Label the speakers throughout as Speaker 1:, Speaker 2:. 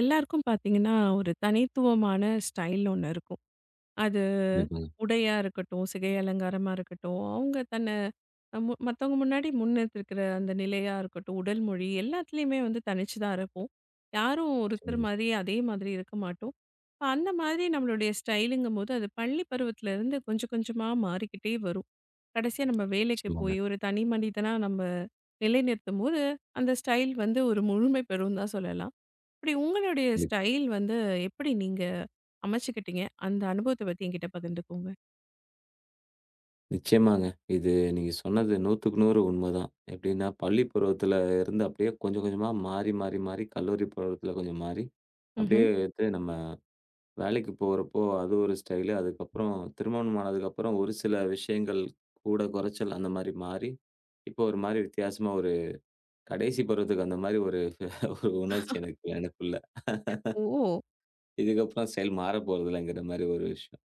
Speaker 1: எல்லாருக்கும் பார்த்தீங்கன்னா, ஒரு தனித்துவமான ஸ்டைல்னு ஒண்ணு இருக்கும். அது
Speaker 2: கண்டிப்பாங்க.
Speaker 1: உடையா இருக்கட்டும், சிகை அலங்காரமா இருக்கட்டும், அவங்க தன்னை மத்தவங்க முன்னாடி முன்னிறுத்திருக்கிற அந்த நிலையா இருக்கட்டும், உடல் மொழி எல்லாத்துலயுமே வந்து தனிச்சு தான் இருப்போம். யாரும் ஒருத்தர்
Speaker 2: நிச்சயமாங்க,
Speaker 1: மாதிரி அதே மாதிரி இருக்க மாட்டோம். இப்ப அந்த மாதிரி நம்மளுடைய ஸ்டைலுங்கும்போது, அது பள்ளி பருவத்திலேருந்து கொஞ்சம் கொஞ்சமா மாறிக்கிட்டே வரும். கடைசியா நம்ம வேலைக்கு
Speaker 2: நிச்சயமாங்க.
Speaker 1: போய் ஒரு தனி மனிதனா நம்ம நிலைநிறுத்தும்போது, அந்த ஸ்டைல் வந்து ஒரு முழுமை பெறும்னு தான் சொல்லலாம். அப்படி உங்களுடைய
Speaker 2: கண்டிப்பா.
Speaker 1: ஸ்டைல் வந்து எப்படி நீங்க அமைச்சுக்கிட்டீங்க? அந்த அனுபவத்த பத்தி என்கிட்ட பகிர்ந்துக்கோங்க.
Speaker 2: நிச்சயமாங்க. இது நீங்க சொன்னது 100க்கு 100 உண்மதான். எப்படின்னா, பள்ளி பருவத்தில இருந்து அப்படியே கொஞ்சம் கொஞ்சமா மாறி, மாறி, மாறி கல்லூரி பருவத்தில கொஞ்சம் மாறி, அப்படியே
Speaker 1: ம்ஹ்ம்.
Speaker 2: எடுத்து நம்ம வேலைக்கு போறப்போ அது ஒரு ஸ்டைலு. அதுக்கப்புறம் திருமணம் ஆனதுக்கப்புறம் ஒரு சில விஷயங்கள் கூட குறைச்சல் அந்த மாரி மாறி, இப்போ ஒரு மாரி வித்தியாசமா ஒரு கடைசி பருவத்துக்கு அந்த மாரி ஒரு ஒரு உணர்ச்சி எனக்குள்ள.
Speaker 1: ஓ!
Speaker 2: இதுக்கப்புறம் ஸ்டைல் மாறப்போறதில்லங்கிற மாரி ஒரு விஷயம்.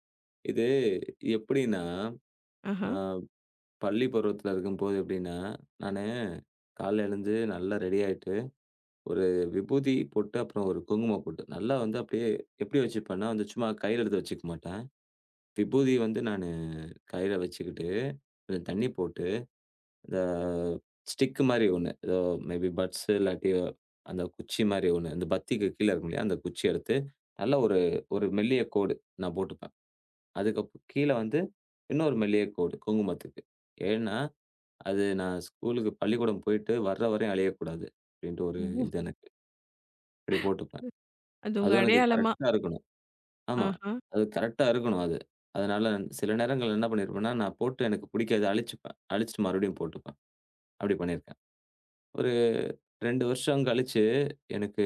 Speaker 2: இது எப்படின்னா,
Speaker 1: ஆஹா.
Speaker 2: அ பள்ளி பருவத்துல இருக்கும்போது எப்படின்னா, நானு காலைல எழுந்து நல்லா ரெடி ஆயிட்டு, ஒரு விபூதி போட்டு, அப்புறம் ஒரு குங்குமம் போட்டு, நல்லா வந்து அப்படியே எப்படி வச்சுப்பேன்னா, வந்து சும்மா கையில எடுத்து வச்சுக்க மாட்டேன். விபூதி வந்து நானு கையில வச்சுக்கிட்டு, கொஞ்சம் தண்ணி போட்டு, இந்த ஸ்டிக் மாரி ஒண்ணு, ஏதோ மேபி பட்ஸ் இல்லாட்டி அந்த குச்சி மாரி ஒண்ணு, அந்த பத்திக்கு கீழ இருக்கும் இல்லையா? அந்த குச்சி எடுத்து, நல்லா ஒரு ஒரு மெல்லிய கோடு நான் போட்டுப்பேன். அதுக்கு கீழ வந்து இன்னொரு மெல்லிய கோடு குங்குமத்துக்கு. ஏன்னா அது நான் ஸ்கூலுக்கு பள்ளிக்கூடம் போயிட்டு வர்ற வரையும் அழியக்கூடாது. அப்டின்ட்டு ஒரு
Speaker 1: ஓ!
Speaker 2: இது எனக்கு. இப்டி போட்டுப்பேன்.
Speaker 1: அது உங்க
Speaker 2: அதுவும் எனக்கு
Speaker 1: அடையாளமா
Speaker 2: கரெக்ட்டா இருக்கணும். ஆமா.
Speaker 1: ஆஹா.
Speaker 2: அது கரெக்ட்டா இருக்கணும் அது. அதனால சில நேரங்கள்ல என்ன பண்ணியிருப்பேன்னா, நான் போட்டு எனக்கு பிடிக்காது அழிச்சுப்பேன். அழிச்சுட்டு மறுபடியும் போட்டுப்பேன். அப்டி பண்ணியிருக்கேன். ஒரு 2 வருஷம் கழிச்சு எனக்கு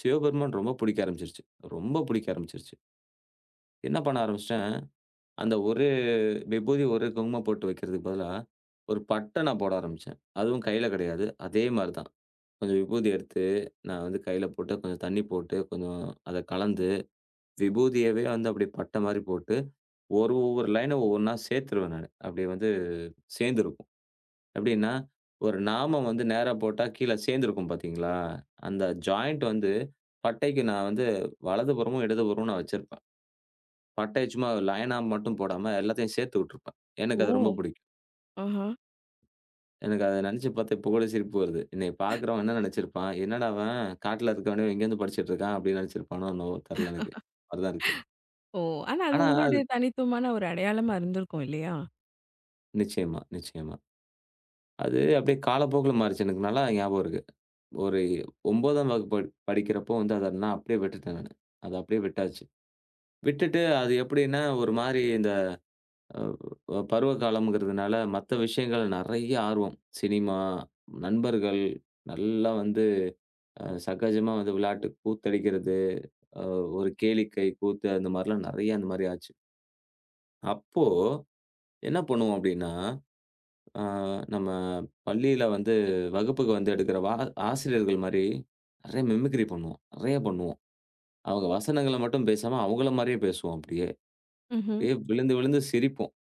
Speaker 2: சிவபெருமான் ரொம்ப பிடிக்க ஆரம்பிச்சுருச்சு. ரொம்ப பிடிக்க ஆரம்பிச்சுருச்சு. என்ன பண்ண ஆரம்பிச்சுட்டேன், அந்த ஒரு விபூதி, ஒரு குங்குமம் போட்டு வைக்கிறதுக்கு பதிலா, ஒரு பட்டை நான் போட ஆரம்பிச்சேன். அதுவும் கையில கிடையாது. அதே மாரி தான். கொஞ்சம் விபூதி எடுத்து, நான் வந்து கையில போட்டு, கொஞ்சம் தண்ணீ போட்டு, கொஞ்சம் அத கலந்து, விபூதியவே வந்து அப்படியே பட்ட மாரி போட்டு, ஒரு ஒவ்வொரு லைன ஒவ்வொன்னா சேர்த்துருவேன் நானு. அப்படியே வந்து சேர்ந்துருக்கும். எப்படின்னா, ஒரு நாமம் வந்து நேரா போட்டா கீழ சேர்ந்துருக்கும் பார்த்தீங்களா? அந்த ஜாயிண்ட் வந்து பட்டைக்கு நான் வந்து வலதுபுறமும், இடதுபுறமும் நான் வச்சிருப்பேன். பட்டைய சும்மா லைனா மட்டும் போடாம எல்லாத்தையும் சேர்த்து விட்டுருப்பேன். எனக்கு
Speaker 1: ஓ!
Speaker 2: அது ரொம்ப பிடிக்கும்.
Speaker 1: ஆஹா.
Speaker 2: எனக்கு அத நெனச்சு பார்த்தா இப்ப கூட சிரிப்பு வருது. என்னைய பார்க்குறவன் என்ன நெனச்சிருப்பான்? "என்னடா அவன் காட்டுல இருக்கவனே எங்கேருந்து படிச்சுட்டு இருக்கான்?" அப்படின்னு நெனச்சிருப்பானோ என்னவோ தெர்ல எனக்கு. அப்படிதான் இருக்கு.
Speaker 1: ஓ! ஆனா அது
Speaker 2: ஆனா அது
Speaker 1: உங்களுடைய தனித்துவமான ஒரு அடையாளமா இருந்திருக்கும் இல்லையா?
Speaker 2: நிச்சயமா, நிச்சயமா. அது அப்படியே காலப்போக்குல மாறுச்சு. எனக்கு நல்லா ஞாபகம் இருக்கு. ஒரு 9ஆம் வகுப்பு படிக்கிறப்போ வந்து அத நான் அப்படியே விட்டுட்டேன் நானு. அத அப்படியே விட்டாச்சு. விட்டுட்டு அது எப்படின்னா, ஒரு மாரி இந்த பருவ காலம்ங்கிறதுனால மத்த விஷயங்கள் நெறைய ஆர்வம். சினிமா, நண்பர்கள் நல்லா வந்து சகஜமா வந்து விளையாட்டு கூத்தடிக்கிறது, அ ஒரு கேளிக்கை கூத்து அந்த மாரிலாம் நெறைய அந்த மாரி ஆச்சு. அப்போ என்ன பண்ணுவோம் அப்டின்னா, அ நம்ம பள்ளியில வந்து வகுப்புக்கு வந்து எடுக்கிற ஆசிரியர்கள் மாரி நெறைய மிமிக்ரி பண்ணுவோம். நெறைய பண்ணுவோம். அவங்க வசனங்கள மட்டும் பேசாம அவங்கள மாரியே பேசுவோம் அப்டியே.
Speaker 1: ம்ஹ்ம்.
Speaker 2: அப்டியே விழுந்து விழுந்து சிரிப்போம்.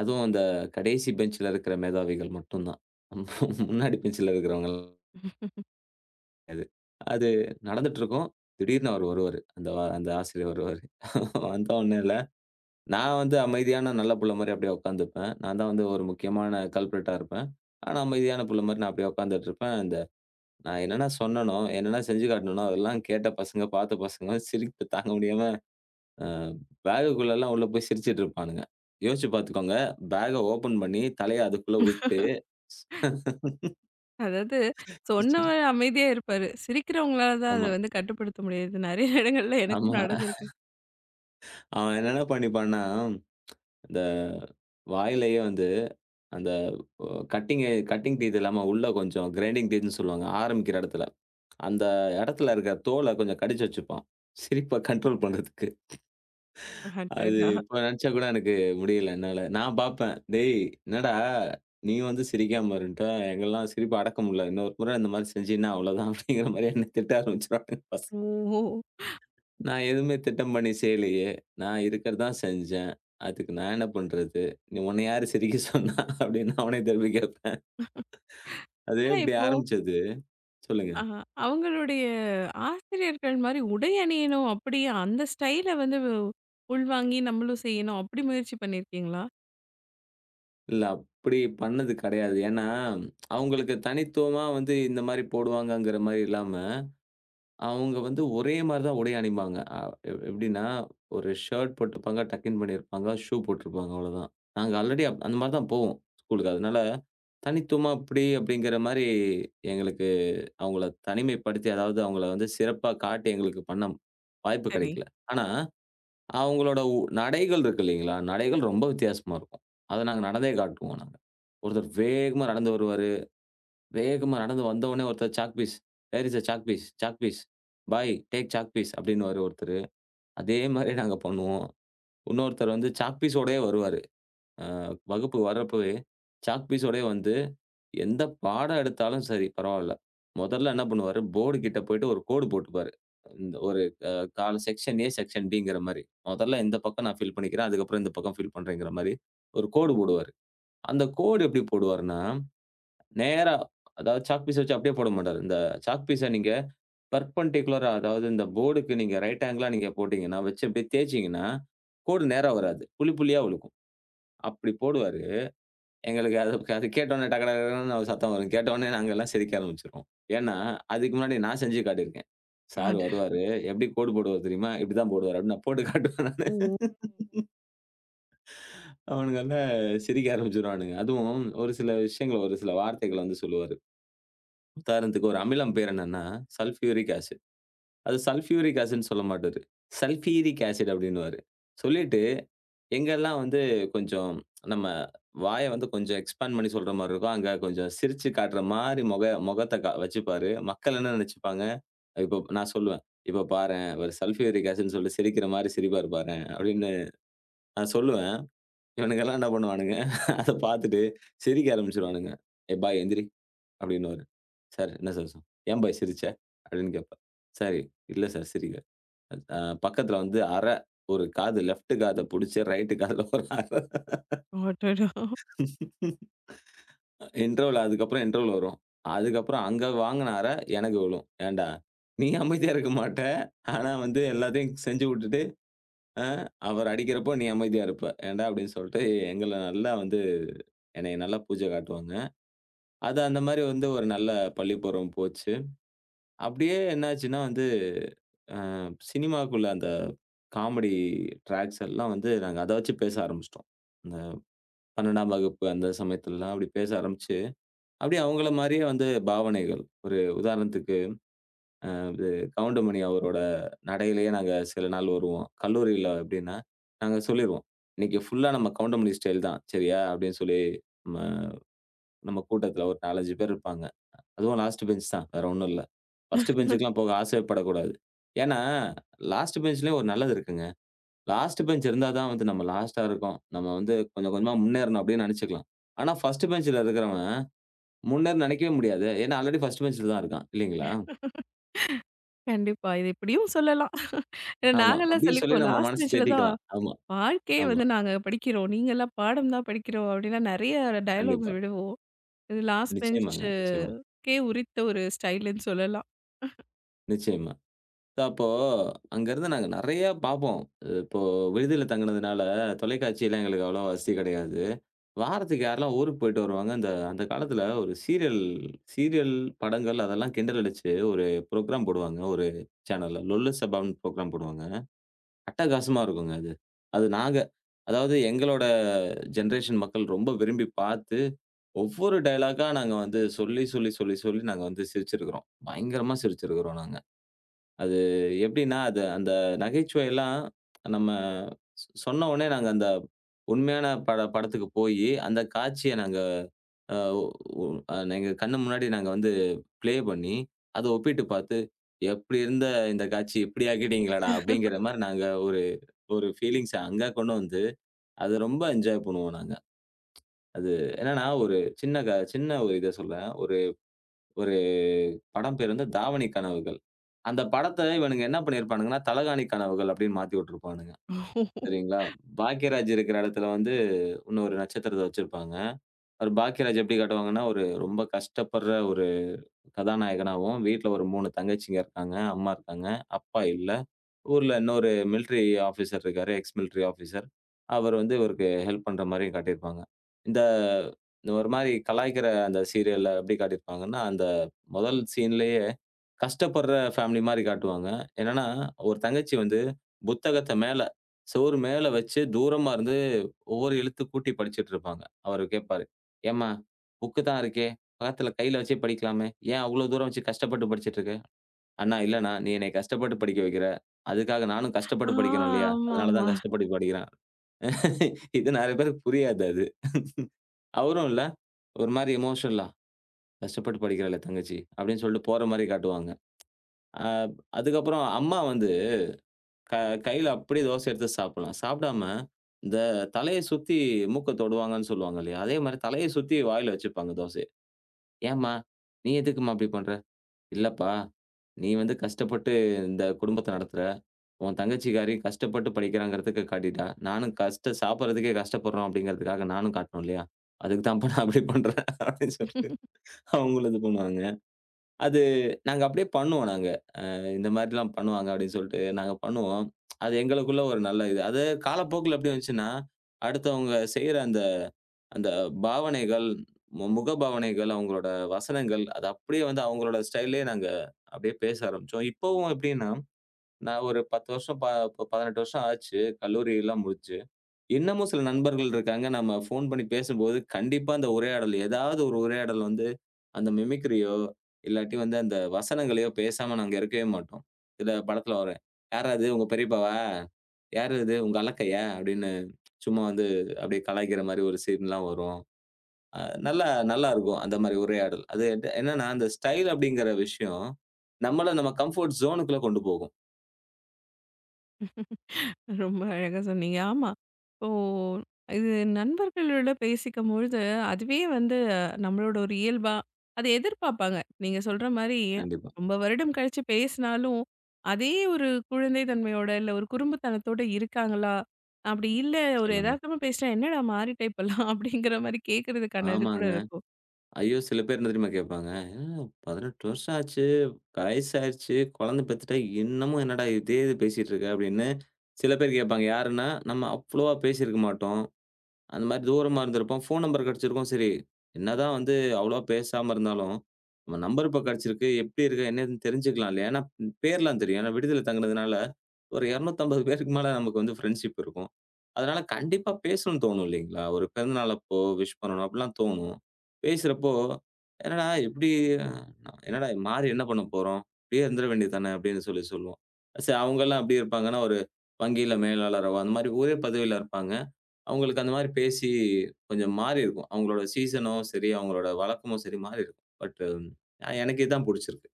Speaker 2: அதுவும் அந்த கடைசி பெஞ்ச்ல இருக்கிற மேதாவிகள் மட்டும் தான். முன்னாடி பெஞ்ச்ல இருக்கிறவங்க அது. அது நடந்துட்டுருக்கும். திடீர்னு அவரு வருவாரு. அந்த அந்த ஆசிரியர் வருவாரு. வந்தோன்னே இல்ல. நான் வந்து அமைதியான நல்ல புள்ள மாரி அப்படியே உட்காந்துப்பேன். நான் தான் வந்து ஒரு முக்கியமான கல்ப்ரிட்டா இருப்பேன். ஆனா அமைதியான புள்ள மாரி நான் அப்படியே உட்காந்துட்டு இருப்பேன். இந்த நான் என்னென்ன சொன்னனோ, என்னென்ன செஞ்சு காட்டுனனோ, அதெல்லாம் கேட்ட பசங்க, பார்த்த பசங்க சிரிப்பு தாங்க முடியாம, அ பேகுக்குள்ளலாம் உள்ள போய் சிரிச்சுட்டு இருப்பானுங்க. யோசிச்சு பார்த்துக்கோங்க. பேக்க ஓப்பன் பண்ணி தலைய அதுக்குள்ள விட்டு
Speaker 1: அதாவது
Speaker 2: சிரிச்சுட்டு
Speaker 1: சொன்னவர் அமைதியா இருப்பாரு. சிரிக்கிறவங்களால தான் அத
Speaker 2: ஆமா,
Speaker 1: வந்து கட்டுப்படுத்த முடியாது. நெறைய இடங்கள்ல எனக்கும்
Speaker 2: ஆமா.
Speaker 1: நடந்திருக்கு.
Speaker 2: அவன் என்னென்ன பண்ணிப்பான்னா, இந்த வாயிலயே வந்து அந்த ஒ கட்டிங் டீத் இல்லாம உள்ள கொஞ்சம் கிரைண்டிங் டீத்ன்னு சொல்லுவாங்க. ஆரம்பிக்கிற இடத்துல. அந்த இடத்துல இருக்கிற தோல கொஞ்சம் கடிச்சு வச்சுப்பான். சிரிப்ப கண்ட்ரோல் பண்றதுக்கு. அது
Speaker 1: அடடா!
Speaker 2: இப்ப நினைச்சா கூட எனக்கு முடியல என்னால. நான் பார்ப்பேன். "டேய்! என்னடா நீ வந்து சிரிக்காம இருன்ட்ட. எங்கலாம் சிரிப்ப அடக்க முடியல. இன்னொரு முறை இந்த மாரி செஞ்சீன்னா அவ்வளோதான்" அப்படிங்கிற மாரி என்ன திட்ட ஆரம்பிச்சுருவானுங்க பசங்க.
Speaker 1: ஓ!
Speaker 2: நான் எதுவுமே திட்டம் பண்ணி செய்யலையே. நான் இருக்கிறது தான் செஞ்சேன். அதுக்கு நான் என்ன பண்றது? நீ உன்ன யாரு சிரிக்க சொன்னா? அப்படின்னு அவனே திருப்பி கேட்பேன். அது
Speaker 1: ஆனா
Speaker 2: இப்படி
Speaker 1: இப்போ
Speaker 2: ஆரம்பிச்சது. சொல்லுங்க.
Speaker 1: ஆ, அவங்களுடைய ஆசிரியர்கள் மாரி உடை அணியணும், அப்படியே அந்த ஸ்டைல வந்து உள்வாங்கி நம்மளும் செய்யணும், அப்படி முயற்சி பண்ணியிருக்கீங்களா?
Speaker 2: இல்ல அப்படி பண்ணது கெடையாது. ஏன்னா, அவங்களுக்கு தனித்துவமா வந்து இந்த மாரி போடுவாங்கங்கிற மாரி இல்லாம, அவங்க வந்து ஒரே மாரி தான் உடை அணிவாங்க. எப்படின்னா, ஒரு ஷர்ட் போட்டுருப்பாங்க, டக்கின் பண்ணியிருப்பாங்க, ஷூ போட்டுருப்பாங்க அவ்வளோதான். நாங்க ஆல்ரெடி அந்த மாரி தான் போவோம் ஸ்கூலுக்கு. அதனால தனித்துவமா இப்படி அப்படிங்கிற மாரி எங்களுக்கு அவங்கள தனிமைப்படுத்தி, அதாவது அவங்கள வந்து சிறப்பா காட்டி எங்களுக்கு பண்ண வாய்ப்பு
Speaker 1: சரி.
Speaker 2: கெடைக்கல. ஆனா அவங்களோட நடைகள் இருக்கு இல்லைங்களா? நடைகள் ரொம்ப வித்தியாசமா இருக்கும். அத நாங்க நடந்தே காட்டுவோம் நாங்க. ஒருத்தர் வேகமா நடந்து வருவாரு. வேகமா நடந்து வந்தவுனே ஒருத்தர் chalk piece. Where is a chalk piece? Chalk piece. Boy take chalk piece அப்டின்னுவாரு ஒருத்தரு. அதே மாரி நாங்க பண்ணுவோம். இன்னொருத்தர் வந்து சாக் பீஸோடயே வருவாரு. அ வகுப்பு வர்றப்பவே, சாக் பீஸோடயே வந்து, எந்த பாடம் எடுத்தாலும் சரி பரவால்ல. முதல்ல என்ன பண்ணுவாரு, போர்டு கிட்ட போயிட்டு ஒரு கோடு போட்டுப்பாரு. இந்த ஒரு அ கால் செக்ஷன் ஏ, செக்ஷன் பிங்கிற மாரி. முதல்ல இந்த பக்கம் நான் ஃபில் பண்ணிக்கிறேன். அதுக்கப்புறம் இந்த பக்கம் ஃபில் பண்றேங்கிற மாரி ஒரு கோடு போடுவாரு. அந்த கோடு எப்படி போடுவாருன்னா, நேரா அதாவது சாக் பீஸ வச்சு அப்படியே போட மாட்டாரு. இந்த சாக் பீஸ நீங்க பெர்பெண்டிகுலரா அதாவது இந்த போர்டுக்கு நீங்க ரைட் ஆங்கிலா நீங்க போட்டீங்கன்னா, வச்சு அப்படியே தேய்ச்சீங்கன்னா, கோடு நேரா வராது. புள்ளி புள்ளியா விழுகும். அப்படி போடுவாரு. எங்களுக்கு அது அது கேட்டோனே டக டக டகன்னு ஒரு சத்தம் வரும். கேட்டோனே நாங்க எல்லாம் சிரிக்க ஆரம்பிச்சுருவோம். ஏன்னா, அதுக்கு முன்னாடி நான் செஞ்சு காட்டியிருக்கேன். சார்
Speaker 1: அட!
Speaker 2: வருவாரு, எப்படி கோடு போடுவார் தெரியுமா? இப்படிதான் போடுவாரு அப்படின்னு நான் போட்டு காட்டுவேன் நானு.
Speaker 1: ஓ!
Speaker 2: அவனுங்கலாம் சிரிக்க ஆரம்பிச்சுருவானுங்க. அதுவும் ஒரு சில விஷயங்கள, ஒரு சில வார்த்தைகள வந்து சொல்லுவாரு. உதாரணத்துக்கு ஒரு அமிலம் பேர் என்னன்னா, சல்ஃபியூரிக் ஆசிட். அது சல்ஃபியூரிக் ஆசிட்ன்னு சொல்ல மாட்டாரு. சல்ஃபீரிக் ஆசிட் அப்படின்னுவாரு. சொல்லிட்டு எங்கெல்லாம் வந்து கொஞ்சம் நம்ம வாய வந்து கொஞ்சம் எக்ஸ்பேண்ட் பண்ணி சொல்ற மாரி இருக்கும். அங்க கொஞ்சம் சிரிச்சு காட்டுற மாரி முகத்த வச்சுப்பாரு. மக்கள் என்ன நெனச்சுப்பாங்க, இப்போ நான் சொல்லுவேன். "இப்போ பாரேன், இவரு சல்ஃபியூரிக் ஆசிட்ன்னு சொல்லி சிரிக்கிற மாரி சிரிப்பாரு பாரேன்" அப்படின்னு நான் சொல்லுவேன். இவனுங்கலாம் என்ன பண்ணுவானுங்க, அத பாத்துட்டு சிரிக்க ஆரம்பிச்சுருவானுங்க. "ஏய் பாய் எந்திரி" அப்படின்னுவாரு. "சார் என்ன சார் ஏன் பாய் சிரிச்ச?" அப்படின்னு கேட்பேன். "சார் இல்ல சார் சிரிக்கல." அ பக்கத்துல வந்து அரை ஒரு காது லெஃப்ட் காத புடிச்சு ரைட் காதுல ஒரு அரை
Speaker 1: அடடா!
Speaker 2: இன்டர்வல் அதுக்கப்புறம் இன்டர்வல் வரும். அதுக்கப்புறம் அங்க வாங்குன எனக்கு விழும். "ஏன்டா, நீ அமைதியா இருக்க மாட்ட. ஆனா வந்து எல்லாத்தையும் செஞ்சு வுட்டுட்டு, அ அவர் அடிக்கிறப்போ நீ அமைதியா இருப்ப. ஏன்டா?" அப்படின்னு சொல்லிட்டு எங்கள நல்லா வந்து என்னைய நல்லா பூஜ காட்டுவாங்க. அது அந்த மாரி வந்து ஒரு நல்ல பள்ளி பருவம் போச்சு. அப்படியே என்னாச்சுன்னா வந்து சினிமாக்குள்ள அந்த காமெடி ட்ராக்ஸ் எல்லாம் வந்து நாங்க அத வச்சு பேச ஆரம்பிச்சுட்டோம். இந்த 12ஆம் வகுப்பு அந்த சமயத்துலலாம் அப்படி பேச ஆரம்பிச்சு அப்படியே அவங்கள மாரியே வந்து பாவனைகள். ஒரு உதாரணத்துக்கு, அ இது கவுண்டமணி அவரோட நடையிலேயே நாங்க சில நாள் வருவோம். கல்லூரியில எப்படின்னா, நாங்க சொல்லிருவோம். "இன்னைக்கு ஃபுல்லா நம்ம கவுண்டமணி ஸ்டைல் தான். சரியா?" அப்படின்னு சொல்லி நம்ம நம்ம கூட்டத்தில ஒரு 4, 5 பேர் இருப்பாங்க. அதுவும் லாஸ்ட் பெஞ்ச் தான். வேற ஒண்ணும் இல்ல. ஃபர்ஸ்ட் பெஞ்சுக்குலாம் போக ஆசையே படக்கூடாது. ஏன்னா, லாஸ்ட் பெஞ்ச்லயும் ஒரு நல்லது இருக்குங்க. லாஸ்ட் பெஞ்ச் இருந்தா தான் வந்து நம்ம லாஸ்ட்டா இருக்கோம். நம்ம வந்து கொஞ்சம் கொஞ்சமா முன்னேறணும் அப்படின்னு நெனச்சுக்கலாம். ஆனா, ஃபர்ஸ்ட் பெஞ்ச்ல இருக்கிறவன் முன்னர் நினைக்கவே முடியாது. ஏன்னா ஆல்ரெடி ஃபர்ஸ்ட் பெஞ்ச்ல தான் இருக்கான். இல்லீங்களா?
Speaker 1: கண்டிப்பா. இது இப்படியும் சொல்லலாம். ஏன்னா
Speaker 2: ஆமா.
Speaker 1: நாங்கலாம்
Speaker 2: அப்படின்னு சொல்லி
Speaker 1: சொல்லிக்குவோம்.
Speaker 2: நம்ம
Speaker 1: லாஸ்ட்
Speaker 2: மனசு
Speaker 1: பெஞ்ச்ல தான்
Speaker 2: தேத்திக்கலாம். ஆமா,
Speaker 1: வாழ்க்கையே
Speaker 2: ஆமா.
Speaker 1: வந்து நாங்க படிக்கிறோம். நீங்கலாம் பாடம் தான் படிக்கிறோம் அப்படின்னா நெறைய டயலாக்ஸ்
Speaker 2: கண்டிப்பா.
Speaker 1: விடுவோம். இது லாஸ்ட்
Speaker 2: நிச்சயமாங்க, நிச்சயமா,
Speaker 1: பெஞ்சுக்கே உரித்த ஒரு ஸ்டைலுன்னு சொல்லலாம்.
Speaker 2: நிச்சயமா. So அப்போ அங்கருந்து நாங்க நெறைய பார்ப்போம். இப்போ விடுதியில தங்குனதுனால தொலைக்காட்சிலாம் எங்களுக்கு அவ்வளோ வசதி கெடையாது. வாரத்துக்கு யாரெல்லாம் ஊருக்கு போயிட்டு வருவாங்க, அந்த அந்த காலத்தில ஒரு சீரியல் சீரியல் படங்கள் அதெல்லாம் கிண்டல் அடிச்சு ஒரு புரோகிராம் போடுவாங்க. ஒரு சேனல்ல. லொல்லு சபான்னு புரோகிராம் போடுவாங்க. அட்டகாசமா இருக்குங்க அது. அது நாங்க அதாவது எங்களோட ஜெனரேஷன் மக்கள் ரொம்ப விரும்பி பார்த்து, ஒவ்வொரு டயலாக்கா நாங்க வந்து சொல்லி, சொல்லி, சொல்லி, சொல்லி நாங்க வந்து சிரிச்சிருக்கிறோம். பயங்கரமா சிரிச்சிருக்கிறோம் நாங்க. அது எப்படின்னா, அது அந்த நகைச்சுவையெல்லாம் நம்ம சொன்ன உடனே நாங்க அந்த உண்மையான படத்துக்கு போயி, அந்த காட்சிய நாங்க அ ஒ எங்க கண்ணு முன்னாடி நாங்க வந்து ப்ளே பண்ணி, அத ஒப்பிட்டு பார்த்து, "எப்படி இருந்த இந்த காட்சி இப்படி ஆக்கிட்டீங்களாடா!" அப்படிங்கிற மாரி நாங்க ஒரு ஒரு ஃபீலிங்ஸ அங்க கொண்டு வந்து, அது ரொம்ப என்ஜாய் பண்ணுவோம் நாங்க. அது என்னன்னா, ஒரு சின்ன சின்ன ஒரு இத சொல்றேன். ஒரு ஒரு படம் பேரு வந்து தாவணி கனவுகள். அந்த படத்த இவனுங்க என்ன பண்ணியிருப்பானுங்கன்னா, தலகாணி கனவுகள் அப்படின்னு மாத்தி விட்டுருப்பானுங்க. சரிங்களா? பாக்கியராஜ் இருக்கிற இடத்துல வந்து இன்னும் ஒரு நட்சத்திரத்த வச்சிருப்பாங்க. அவரு பாக்கியராஜ் எப்படி காட்டுவாங்கன்னா, ஒரு ரொம்ப கஷ்டப்படுற ஒரு கதாநாயகனாவும், வீட்ல ஒரு 3 தங்கச்சிங்க இருக்காங்க, அம்மா இருக்காங்க, அப்பா இல்ல. ஊர்ல இன்னொரு மிலிட்டரி ஆஃபீசர் இருக்காரு. Ex military officer. அவர் வந்து இவருக்கு ஹெல்ப் பண்ற மாரியும் காட்டியிருப்பாங்க. இந்த இந்த ஒரு மாரி கலாய்க்கிற அந்த சீரியல்ல எப்படி காட்டியிருப்பாங்கன்னா, அந்த முதல் சீன்லயே கஷ்டப்படுற ஃபேமிலி மாரி காட்டுவாங்க. என்னன்னா, ஒரு தங்கச்சி வந்து புத்தகத்த மேல, செவுரு மேல வச்சு தூரமா இருந்து ஒவ்வொரு எழுத்து கூட்டி படிச்சுட்டு இருப்பாங்க. அவரு கேட்பாரு, "ஏம்மா புக்கு தான் இருக்கே! பக்கத்துல கையில வச்சே படிக்கலாமே! ஏன் அவ்ளோ தூரம் வச்சு கஷ்டப்பட்டு படிச்சுட்டு இருக்க?" "அண்ணா இல்லண்ணா, நீ என்னைய கஷ்டப்பட்டு படிக்க வைக்கிற. அதுக்காக நானும்
Speaker 1: ஆ,
Speaker 2: கஷ்டப்பட்டு படிக்கணும் இல்லையா? அதனால
Speaker 1: ஆமாமா.
Speaker 2: தான் கஷ்டப்பட்டு படிக்கிறேன்." இது நெறைய பேருக்கு புரியாது அது. அவரும் இல்ல, ஒரு மாரி எமோஷனலா, "கஷ்டப்பட்டு படிக்கிறாளே தங்கச்சி" அப்படின்னு சொல்லிட்டு போற மாரி காட்டுவாங்க. அ அதுக்கப்புறம் அம்மா வந்து க கையில அப்படியே தோசை எடுத்து சாப்பிடலாம். சாப்பிடாம இந்த தலைய சுத்தி மூக்க தொடுவாங்கன்னு சொல்லுவாங்க இல்லையா? அதே மாரி தலைய சுத்தி வாயில வச்சுப்பாங்க தோசைய. "ஏம்மா, நீ எதுக்கும்மா அப்படி பண்ற?" இல்லப்பா, நீ வந்து கஷ்டப்பட்டு இந்த குடும்பத்த நடத்துற. உன் தங்கச்சிக்காரி கஷ்டப்பட்டு படிக்கிறாங்கிறதுக்கு காட்டிட்டா. நானும் கஷ்ட சாப்பிடுறதுக்கே கஷ்டப்படுறோம் அப்படிங்கிறதுக்காக நானும் காட்டணும் இல்லையா? அதுக்கு தான்ப்பா நான் அப்படி பண்றேன் அப்படின்னு சொல்லிட்டு அவங்களும் இது பண்ணுவாங்க. அது நாங்க அப்படியே பண்ணுவோம் நாங்க. இந்த மாதிரிலாம் பண்ணுவாங்க அப்படின்னு சொல்லிட்டு நாங்க பண்ணுவோம். அது எங்களுக்குள்ள ஒரு நல்ல இது. அது காலப்போக்குல எப்படி வந்துச்சுன்னா, அடுத்தவங்க செய்ற அந்த அந்த பாவனைகள், முக பாவனைகள், அவங்களோட வசனங்கள், அது அப்படியே வந்து அவங்களோட ஸ்டைல்லயே நாங்க அப்படியே பேச ஆரம்பிச்சோம். இப்பவும் எப்படின்னா, நான் ஒரு 10 வருஷம் 18 வருஷம் ஆச்சு. கல்லூரியெல்லாம் முடிச்சு. இன்னமும் சில நண்பர்கள் இருக்காங்க. நம்ம ஃபோன் பண்ணி பேசும்போது, கண்டிப்பா அந்த உரையாடல் ஏதாவது ஒரு உரையாடல் வந்து, அந்த மிமிக்ரியோ, இல்லாட்டி வந்து அந்த வசனங்களையோ பேசாம நாங்க இருக்கவே மாட்டோம். இத படத்துல வரும். "யாரது உங்க பெரியப்பாவா? யாரு இது உங்க அலக்கையா?" அப்படின்னு சும்மா வந்து அப்படியே கலாய்க்கிற மாரி ஒரு சீன்லாம் வரும். அ நல்லா நல்லாருக்கும். அந்த மாரி உரையாடல். அது என்னன்னா, அந்த ஸ்டைல் அப்படிங்கிற விஷயம், நம்மள நம்ம கம்ஃபோர்ட் ஜோனுக்குள்ள கொண்டு போகும்.
Speaker 1: ரொம்ப அழகா சொன்னீங்க. ஆமா. இப்போ இது நண்பர்களோட பேசிக்கும்பொழுது, அதுவே வந்து நம்மளோட ஒரு இயல்பா அதை எதிர்பார்ப்பாங்க. நீங்க சொல்ற மாரி
Speaker 2: கண்டிப்பா.
Speaker 1: ரொம்ப வருடம் கழிச்சு பேசினாலும், அதே ஒரு குழந்தை தன்மையோட, இல்ல ஒரு குறும்புத்தனத்தோட இருக்காங்களா? அப்படி இல்ல ஒரு
Speaker 2: நிச்சயமாங்க.
Speaker 1: எதார்த்தமா பேசினா, "என்னடா மாறிட்ட இப்பல்லாம்" அப்படிங்கிற மாரி கேட்கறதுக்கான இது கூட
Speaker 2: ஆமாங்க.
Speaker 1: இருக்கும்.
Speaker 2: ஐயோ! சில பேர் என்ன தெரியுமா கேட்பாங்க? "ஏங்க 18 வருஷம் ஆச்சு, வயசாயிருச்சு, குழந்தை பெத்துட்ட, இன்னமும் என்னடா இதே இது பேசிட்டு இருக்க?" அப்படின்னு சில பேர் கேட்பாங்க. யாருன்னா, நம்ம அவ்வளவா பேசியிருக்க மாட்டோம். அந்த மாரி தூரமா இருந்திருப்போம். ஃபோன் நம்பர் கிடைச்சிருக்கும். சரி, என்னதான் வந்து அவ்வளவா பேசாம இருந்தாலும், நம்ம நம்பர் இப்ப கிடைச்சிருக்கு. எப்படி இருக்க? என்னன்னு தெரிஞ்சுக்கலாம் இல்லையா? ஏன்னா பேர்லாம் தெரியும். ஏன்னா விடுதியில தங்குனதுனால, ஒரு 250 பேருக்கு மேல நமக்கு வந்து ஃப்ரெண்ட்ஷிப் இருக்கும். அதனால கண்டிப்பா பேசணும்னு தோணும் இல்லைங்களா? ஒரு பிறந்த நாள் அப்போ விஷ் பண்ணணும் அப்படிலாம் தோணும். பேசுறப்போ, "என்னடா இப்படி அஹ், என்னடா மாறி என்ன பண்ண போறோம்? இப்படியே இருந்துட வேண்டியது தானே" அப்படின்னு சொல்லி சொல்லுவோம். சரி அவங்கலாம் எப்படி இருப்பாங்கன்னா, ஒரு வங்கியில மேலாளரோ அந்த மாரி ஒரே பதவியில இருப்பாங்க. அவங்களுக்கு அந்த மாரி பேசி கொஞ்சம் மாறி இருக்கும். அவங்களோட சீசனும் சரி, அவங்களோட வழக்கமும் சரி மாறி இருக்கும். எனக்கு இதான் புடிச்சிருக்கு.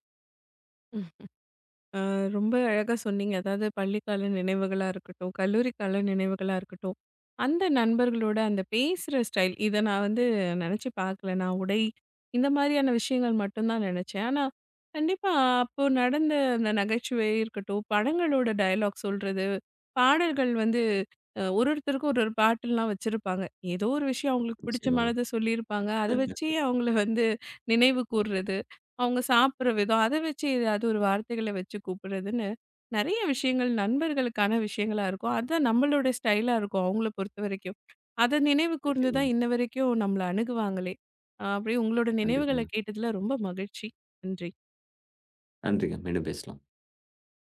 Speaker 1: ஆ, ரொம்ப அழகா சொன்னீங்க. அதாவது பள்ளிக்கால நினைவுகளா இருக்கட்டும், கல்லூரி கால நினைவுகளா இருக்கட்டும், அந்த நண்பர்களோட அந்த பேசுற ஸ்டைல், இத நான் வந்து நெனச்சு பார்க்கல. நான் உடை இந்த மாதிரியான விஷயங்கள் மட்டும் தான் நெனச்சேன். ஆனா, கண்டிப்பா அப்போ நடந்த அந்த நகைச்சுவை இருக்கட்டும், படங்களோட டயலாக் சொல்றது, பாடல்கள் வந்து ஒரு ஒருத்தருக்கும் ஒரு ஒரு பாட்டுலாம் வச்சிருப்பாங்க. ஏதோ ஒரு விஷயம் அவங்களுக்கு
Speaker 2: நிச்சயமாங்க.
Speaker 1: பிடிச்சமானத சொல்லியிருப்பாங்க. அத வச்சே அவங்கள வந்து நினைவு கூர்றது. அவங்க சாப்பிடுற விதம், அத வச்சு ஏதாவது ஒரு வார்த்தைகள வச்சு கூப்பிடுறதுன்னு, நெறைய விஷயங்கள் நண்பர்களுக்கான விஷயங்களா இருக்கும். அதான் நம்மளோட ஸ்டைலா இருக்கும் அவங்கள பொறுத்தவரைக்கும். அத நினைவு கூர்ந்து தான்
Speaker 2: நிச்சயமாங்க.
Speaker 1: இன்ன வரைக்கும் நம்மள அணுகுவாங்களே! அப்படி உங்களோட நினைவுகள
Speaker 2: கண்டிப்பாங்க.
Speaker 1: கேட்டதுல ரொம்ப மகிழ்ச்சி. நன்றி.
Speaker 2: நன்றிங்க. மீண்டும் பேசலாம்.